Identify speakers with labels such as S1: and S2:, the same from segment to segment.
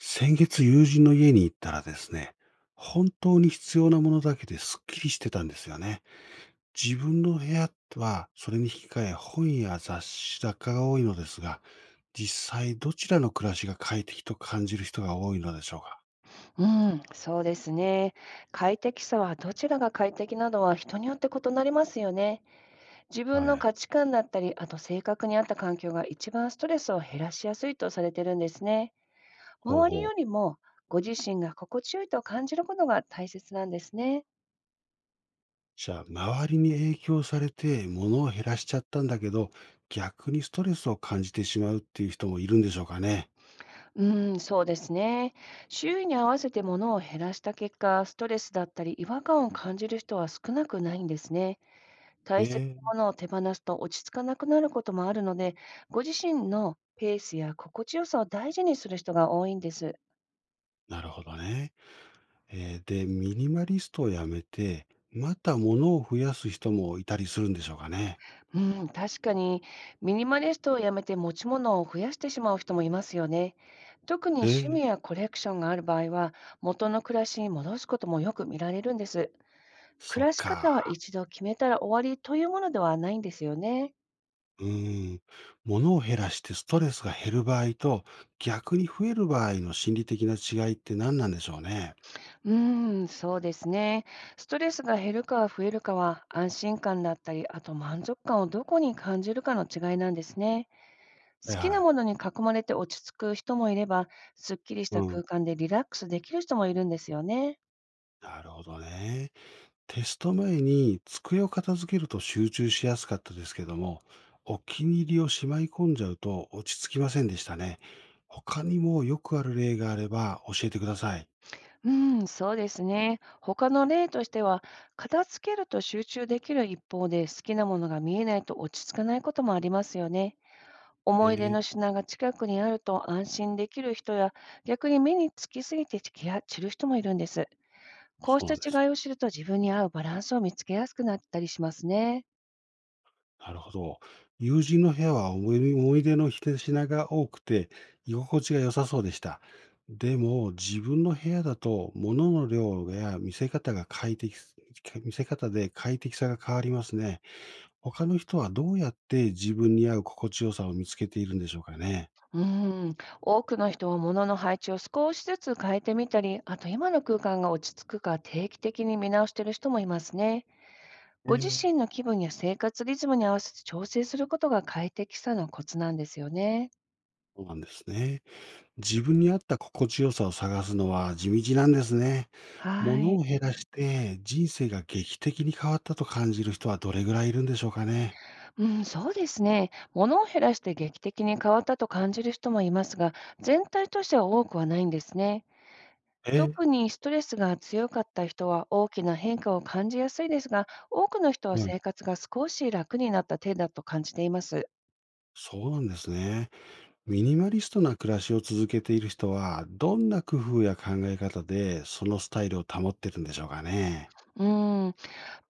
S1: 先月友人の家に行ったらですね、本当に必要なものだけですっきりしてたんですよね。自分の部屋はそれに引き換え本や雑誌雑貨が多いのですが、実際どちらの暮らしが快適と感じる人が多いのでしょうか？
S2: うん、そうですね。快適さはどちらが快適なのは人によって異なりますよね。自分
S1: は
S2: の
S1: い。
S2: 価値観だったり、あと性格に合った環境が一番ストレスを減らしやすいとされてるんですね。
S1: ほう
S2: 周り
S1: ほう。
S2: よりもご自身が心地よいと感じることが大切なんですね。
S1: じゃあ、周りに影響されて物を減らしちゃったんだけど、逆にストレスを感じてしまうっていう人もいるんでしょうかね。
S2: うん、そうですね。周囲に合わせてものを減らした結果、ストレスだったり違和感を感じる人は少なくないんですね。大切
S1: え
S2: な
S1: え。
S2: ものを手放すと落ち着かなくなることもあるので、ご自身のペースや心地よさを大事にする人が多いんです。
S1: なるほどね。で、ミニマリストをやめて、また物を増やす人もいたりするんでしょうかね。
S2: うん、確かにミニマリストをやめて持ち物を増やしてしまう人もいますよね。特に
S1: え
S2: 趣味
S1: え、
S2: やコレクションがある場合は、元の暮らしに戻すこともよく見られるんです。
S1: そ
S2: 暮
S1: っ
S2: らし方は
S1: か。
S2: 一度決めたら終わりというものではないんですよね。
S1: うん。物を減らしてストレスが減る場合と、逆に増える場合の心理的な違いって何なんでしょうね。
S2: うーん、そうですね。ストレスが減るか増えるかは安心感だったり、あと満足感をどこに感じるかの違いなんですね。好
S1: はい
S2: き
S1: は
S2: なも
S1: い。
S2: のに囲まれて落ち着く人もいれば、すっきりした
S1: う
S2: 空
S1: ん。
S2: 間でリラックスできる人もいるんですよね。
S1: なるほどね。テスト前に机を片付けると集中しやすかったですけども、お気に入りをしまい込んじゃうと落ち着きませんでしたね。他にもよくある例があれば教えてください。
S2: うん、そうですね。他の例としては、片付けると集中できる一方で、好きなものが見えないと落ち着かないこともありますよね。
S1: え
S2: 思い出の
S1: え、
S2: 品が近くにあると安心できる人や、逆に目につきすぎて気が散る人もいるんです。こうし
S1: そう
S2: た
S1: なんです
S2: 違いを
S1: ね。
S2: 知ると自分に合うバランスを見つけやすくなったりしますね。
S1: なるほど。友人の部屋は思い出思い出の一品が多くて、居心地が良さそうでした。でも、自分の部屋だと、物の量や見せ方で快適さが変わりますね。他の人はどうやって自分に合う心地よさを見つけているんでしょうかね。
S2: うーん、多くの人は物の配置を少しずつ変えてみたり、あと今の空間が落ち着くか定期的に見直している人もいますね。
S1: え
S2: ご自
S1: え。
S2: 身の気分や生活リズムに合わせて調整することが快適さのコツなんですよね。
S1: そうなんですね。自分に合った心地よさを探すのは地道なんですね。
S2: は
S1: 物
S2: い。
S1: を減らして人生が劇的に変わったと感じる人はどれぐらいいるんでしょうかね。
S2: うん、そうですね。物を減らして劇的に変わったと感じる人もいますが、全体としては多くはないんですね。
S1: え。
S2: 特にストレスが強かった人は大きな変化を感じやすいですが、多くの人は
S1: うん、
S2: 生活が少し楽になった程度だと感じています。
S1: そうなんですね。ミニマリストな暮らしを続けている人は、どんな工夫や考え方でそのスタイルを保ってるんでしょうかね。
S2: うん、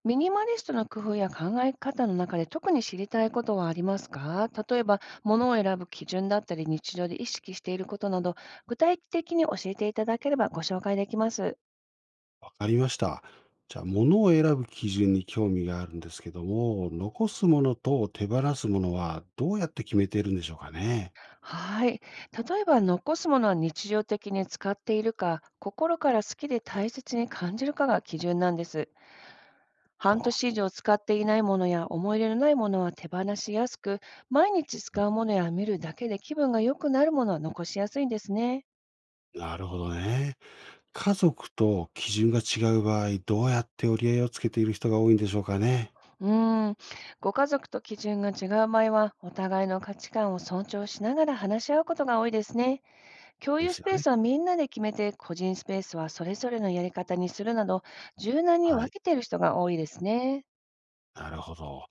S2: ミニマリストの工夫や考え方の中で特に知りたいことはありますか？例えば、物を選ぶ基準だったり、日常で意識していることなど、具体的に教えていただければご紹介できます。
S1: わかりました。じゃあ、物を選ぶ基準に興味があるんですけども、残すものと手放すものはどうやって決めているんでしょうかね。
S2: はい。例えば、残すものは日常的に使っているか、心から好きで大切に感じるかが基準なんです。半
S1: か
S2: 年以上使っていないものや思い入れのないものは手放しやすく、毎日使うものや見るだけで気分が良くなるものは残しやすいんですね。
S1: なるほどね。家族と基準が違う場合、どうやって折り合いをつけている人が多いんでしょうかね。
S2: うーん。ご家族と基準が違う場合は、お互いの価値観を尊重しながら話し合うことが多いですね。共
S1: で
S2: 有
S1: す
S2: ス
S1: よ
S2: ペー
S1: ね。
S2: スはみんなで決めて、個人スペースはそれぞれのやり方にするなど、柔軟に
S1: は
S2: 分
S1: い。
S2: けている人が多いですね。
S1: なるほど。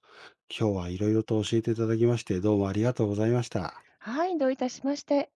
S1: 今日はいろいろと教えていただきまして、どうもありがとうございました。
S2: はい、どういたしまして。